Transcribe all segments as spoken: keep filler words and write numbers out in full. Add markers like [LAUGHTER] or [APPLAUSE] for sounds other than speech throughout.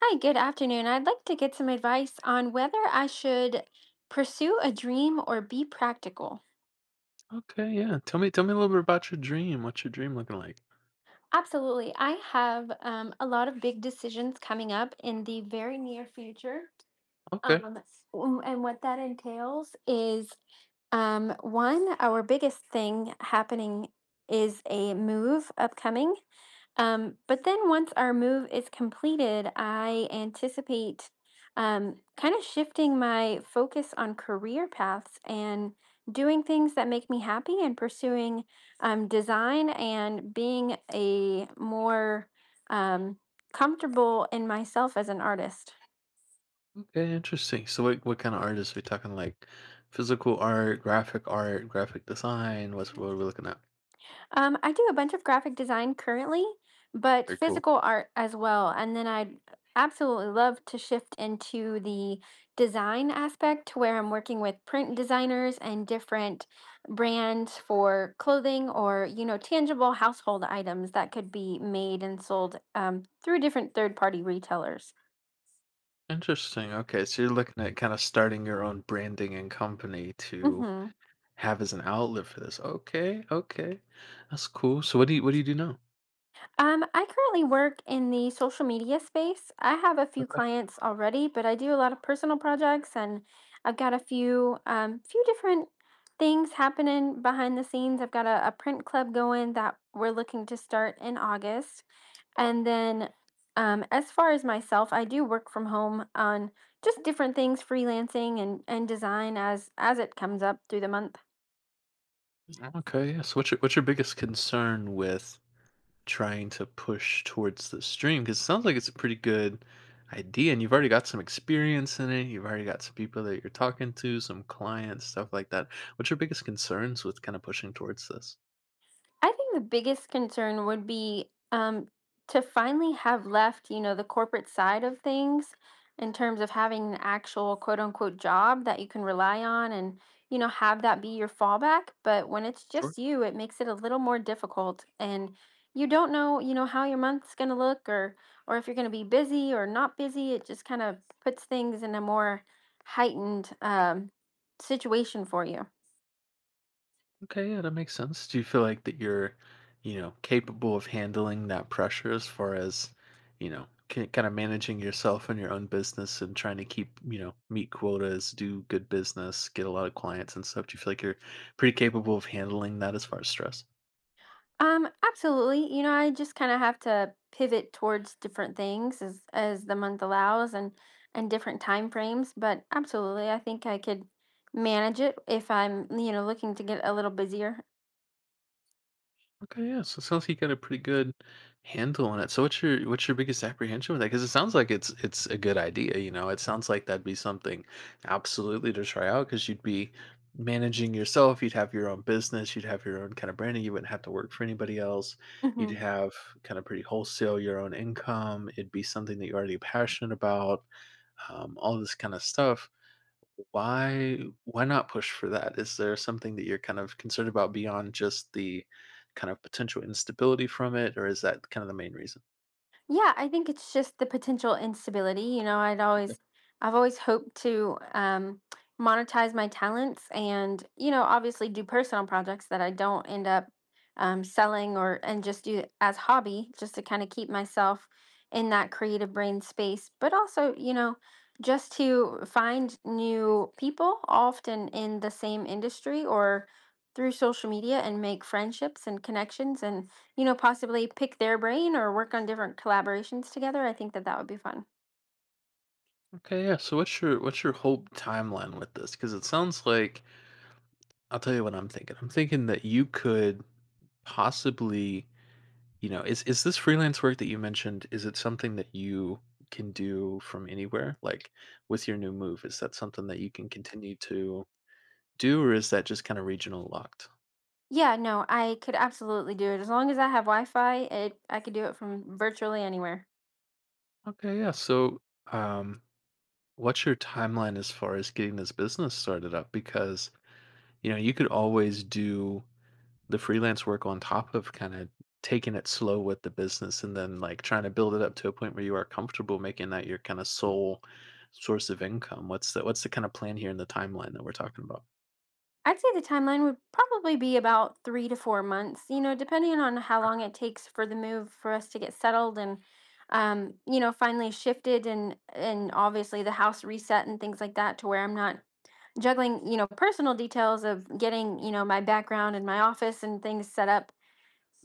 Hi, good afternoon. I'd like to get some advice on whether I should pursue a dream or be practical. Okay, yeah. Tell me, tell me a little bit about your dream. What's your dream looking like? Absolutely. I have um, a lot of big decisions coming up in the very near future. Okay, Um, w- and what that entails is Um, one, our biggest thing happening is a move upcoming. Um, but then once our move is completed, I anticipate um, kind of shifting my focus on career paths and doing things that make me happy and pursuing um, design and being a more um, comfortable in myself as an artist. okay, interesting. So, what what kind of artists are we talking? Like physical art, graphic art, graphic design. What's what are we looking at? Um, I do a bunch of graphic design currently, but Very cool. physical art as well. And then I'd absolutely love to shift into the design aspect to where I'm working with print designers and different brands for clothing or, you know, tangible household items that could be made and sold um, through different third-party retailers. Interesting. Okay, so you're looking at kind of starting your own branding and company to Mhm. have as an outlet for this. Okay, okay, that's cool. So, what do you what do you do now? Um, I currently work in the social media space. I have a few Okay, clients already, but I do a lot of personal projects and I've got a few um few different things happening behind the scenes. I've got a, a print club going that we're looking to start in August. And then um as far as myself, I do work from home on just different things, freelancing and and design as as it comes up through the month. okay. Yeah. So, what's your what's your biggest concern with trying to push towards the stream? Because it sounds like it's a pretty good idea, and you've already got some experience in it. You've already got some people that you're talking to, some clients, stuff like that. What's your biggest concerns with kind of pushing towards this? I think the biggest concern would be um, to finally have left, you know, the corporate side of things in terms of having an actual quote unquote job that you can rely on and, you know, have that be your fallback. But when it's Sure. just you, it makes it a little more difficult and you don't know, you know, how your month's going to look or or if you're going to be busy or not busy. It just kind of puts things in a more heightened um, situation for you. Okay, yeah, that makes sense. Do you feel like that you're, you know, capable of handling that pressure as far as, you know, kind of managing yourself and your own business and trying to keep, you know, meet quotas, do good business, get a lot of clients and stuff? Do you feel like you're pretty capable of handling that as far as stress? Um, absolutely. You know, I just kind of have to pivot towards different things as as the month allows and and different time frames, but absolutely, I think I could manage it if I'm, you know, looking to get a little busier. Okay, yeah. So it sounds like you got a pretty good handle on it. So what's your what's your biggest apprehension with that? Because it sounds like it's it's a good idea. You know, it sounds like that'd be something absolutely to try out because you'd be managing yourself. You'd have your own business. You'd have your own kind of branding. You wouldn't have to work for anybody else. You'd [LAUGHS] have kind of pretty wholesale your own income. It'd be something that you're already passionate about. Um, all this kind of stuff. Why why not push for that? Is there something that you're kind of concerned about beyond just the kind of potential instability from it, or is that kind of the main reason? Yeah, I think it's just the potential instability. You know, I'd Okay. always, I've always hoped to um, monetize my talents and, you know, obviously do personal projects that I don't end up um, selling or, and just do it as hobby, just to kind of keep myself in that creative brain space. But also, you know, just to find new people often in the same industry or through social media and make friendships and connections and you know, possibly pick their brain or work on different collaborations together. I think that that would be fun. Okay, yeah. So what's your what's your hope timeline with this? Because it sounds like I'll tell you what I'm thinking. I'm thinking that you could possibly, you know, is is this freelance work that you mentioned, is it something that you can do from anywhere? Like with your new move, is that something that you can continue to do, or is that just kind of regional locked? Yeah, no, I could absolutely do it. As long as I have Wi-Fi, it I could do it from virtually anywhere. Okay, yeah. So, um, what's your timeline as far as getting this business started up? Because, you know, you could always do the freelance work on top of kind of taking it slow with the business and then like trying to build it up to a point where you are comfortable making that your kind of sole source of income. What's the what's the kind of plan here in the timeline that we're talking about? I'd say the timeline would probably be about three to four months, you know, depending on how long it takes for the move for us to get settled and um, you know, finally shifted and and obviously the house reset and things like that to where I'm not juggling, you know, personal details of getting, you know, my background and my office and things set up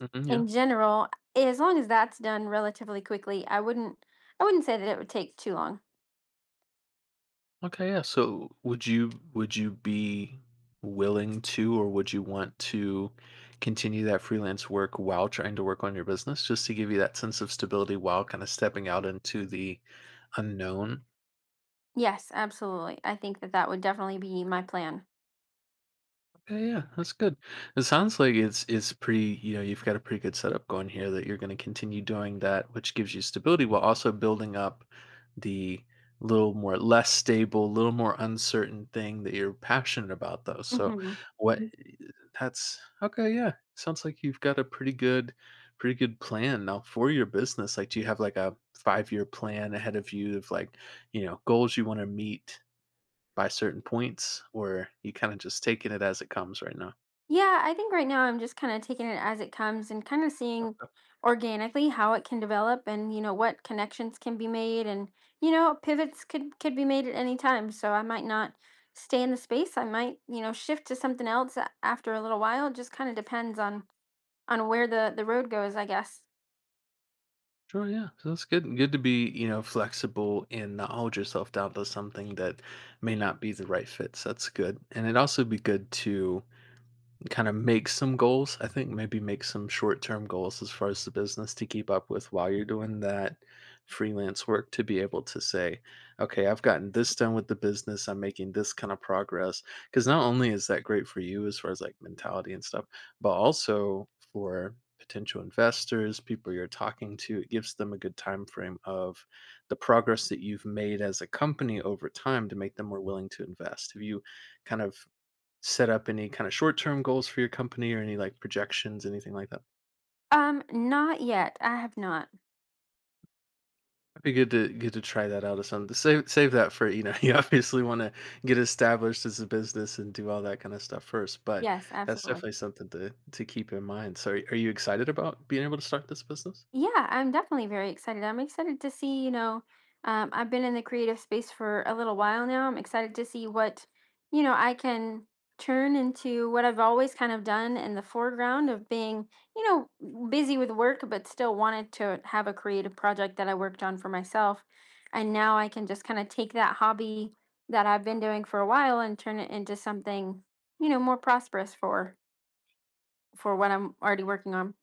Mhm, yeah. in general, as long as that's done relatively quickly, I wouldn't I wouldn't say that it would take too long. Okay, yeah. So would you would you be willing to or would you want to continue that freelance work while trying to work on your business just to give you that sense of stability while kind of stepping out into the unknown? Yes, absolutely. I think that that would definitely be my plan. Yeah, yeah, that's good. It sounds like it's it's pretty, you know, you've got a pretty good setup going here that you're going to continue doing that, which gives you stability while also building up the little more less stable, little more uncertain thing that you're passionate about though. So Mhm. what that's okay, yeah. Sounds like you've got a pretty good pretty good plan now for your business. Like do you have like a five-year plan ahead of you of like, you know, goals you want to meet by certain points, or you kinda just taking it as it comes right now? Yeah, I think right now I'm just kind of taking it as it comes and kind of seeing Okay. organically how it can develop and you know what connections can be made and you know pivots could could be made at any time. So I might not stay in the space. I might, you know, shift to something else a- after a little while. It just kind of depends on on where the the road goes, I guess. Sure, yeah. So it's good good to be, you know, flexible and not hold yourself down to something that may not be the right fit, so that's good, and it'd also be good to kinda make some goals. I think maybe make some short-term goals as far as the business to keep up with while you're doing that freelance work to be able to say, "Okay, I've gotten this done with the business, I'm making this kind of progress," because not only is that great for you as far as, like, mentality and stuff, but also for potential investors, people you're talking to, it gives them a good time frame of the progress that you've made as a company over time to make them more willing to invest. Have you kind of set up any kind of short-term goals for your company or any like projections, anything like that? Um, not yet. I have not. It'd be good to good to try that out or something. To Save save that for, you know, [LAUGHS] you obviously want to get established as a business and do all that kind of stuff first, but Yes, that's absolutely. definitely something to to keep in mind. So, are are you excited about being able to start this business? Yeah, I'm definitely very excited. I'm excited to see, you know, um, I've been in the creative space for a little while now. I'm excited to see what, you know, I can turn into what I've always kind of done in the foreground of being, you know, w- busy with work, but still wanted to have a creative project that I worked on for myself. And now I can just kind of take that hobby that I've been doing for a while and turn it into something, you know, more prosperous for for what I'm already working on.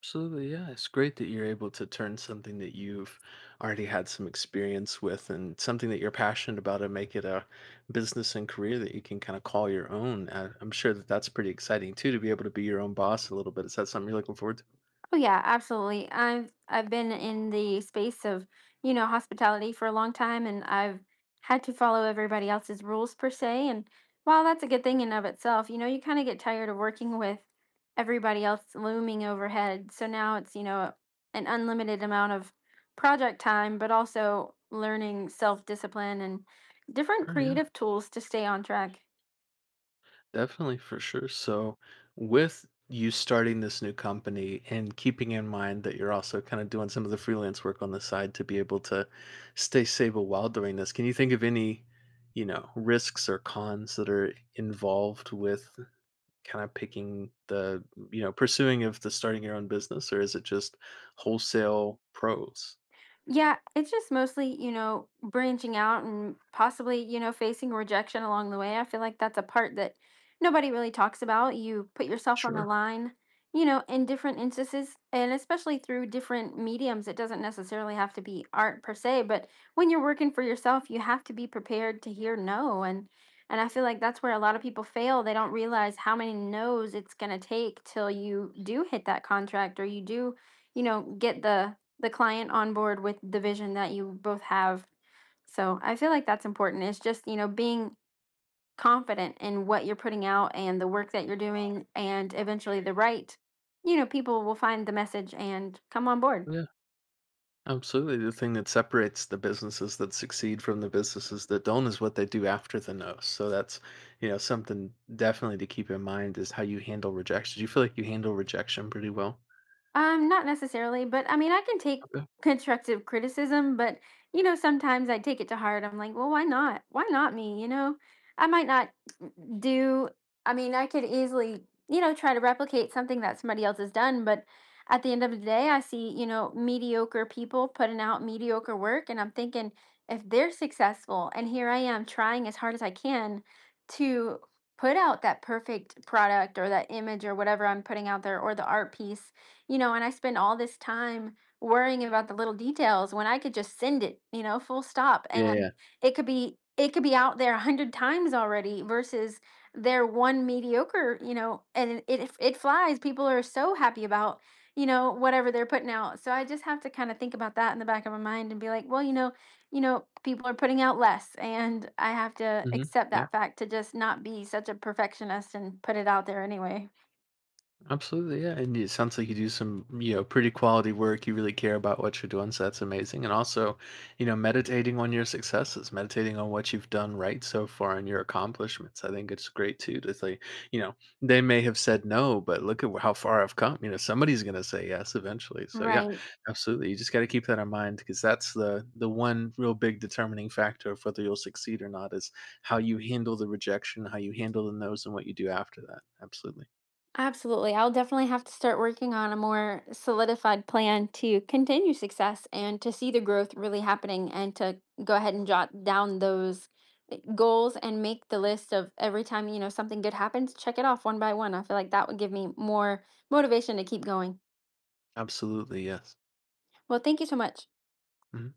Absolutely, yeah. It's great that you're able to turn something that you've already had some experience with and something that you're passionate about and make it a business and career that you can kind of call your own. Uh, I'm sure that that's pretty exciting too to be able to be your own boss a little bit. Is that something you're looking forward to? Oh yeah, absolutely. I've I've been in the space of, you know, hospitality for a long time and I've had to follow everybody else's rules per se. And while that's a good thing in of itself, you know, you kind of get tired of working with everybody else looming overhead. So now it's, you know, an unlimited amount of project time, but also learning self-discipline and different Or, yeah. creative tools to stay on track. Definitely, for sure. So, with you starting this new company and keeping in mind that you're also kind of doing some of the freelance work on the side to be able to stay stable while doing this, can you think of any, you know, risks or cons that are involved with kind of picking the, you know, pursuing of the starting your own business, or is it just wholesale pros? Yeah, it's just mostly, you know, branching out and possibly, you know, facing rejection along the way. I feel like that's a part that nobody really talks about. You put yourself on the Sure. line, you know, in different instances, and especially through different mediums. It doesn't necessarily have to be art per se, but when you're working for yourself, you have to be prepared to hear no. And and I feel like that's where a lot of people fail. They don't realize how many no's it's going to take till you do hit that contract or you do, you know, get the the client on board with the vision that you both have. So I feel like that's important. It's just, you know, being confident in what you're putting out and the work that you're doing and eventually the right, you know, people will find the message and come on board. Absolutely. The thing that separates the businesses that succeed from the businesses that don't is what they do after the no. So that's, you know, something definitely to keep in mind is how you handle rejection. Do you feel like you handle rejection pretty well? Um, not necessarily, but I mean, I can take Okay. constructive criticism, but you know, sometimes I take it to heart. I'm like, well, why not? Why not me? You know, I might not do, I mean, I could easily, you know, try to replicate something that somebody else has done, but at the end of the day, I see, you know, mediocre people putting out mediocre work, and I'm thinking if they're successful, and here I am trying as hard as I can to put out that perfect product or that image or whatever I'm putting out there or the art piece you know, and I spend all this time worrying about the little details when I could just send it, you know, full stop. Yeah. Yeah. Yeah. And it could be it could be out there a hundred times already versus their one mediocre, you know, and it it it flies. People are so happy about, you know, whatever they're putting out. So I just have to kind of think about that in the back of my mind and be like, well, you know, you know, people are putting out less and I have to Mm-hmm. Yeah. Mhm. accept Yeah. that fact to just not be such a perfectionist and put it out there anyway. Absolutely, yeah, and it sounds like you do some, you know, pretty quality work. You really care about what you're doing, so that's amazing. And also, you know, meditating on your successes, meditating on what you've done right so far and your accomplishments. I think it's great too to say, you know, they may have said no, but look at how far I've come. You know, somebody's going to say yes eventually. So yeah, Right. absolutely. You just got to keep that in mind because that's the the one real big determining factor of whether you'll succeed or not is how you handle the rejection, how you handle the no's, and what you do after that. Absolutely. Absolutely. I'll definitely have to start working on a more solidified plan to continue success and to see the growth really happening and to go ahead and jot down those uh, goals and make the list of every time, you know, something good happens, check it off one by one. I feel like that would give me more motivation to keep going. Absolutely, yes. Well, thank you so much. Mhm.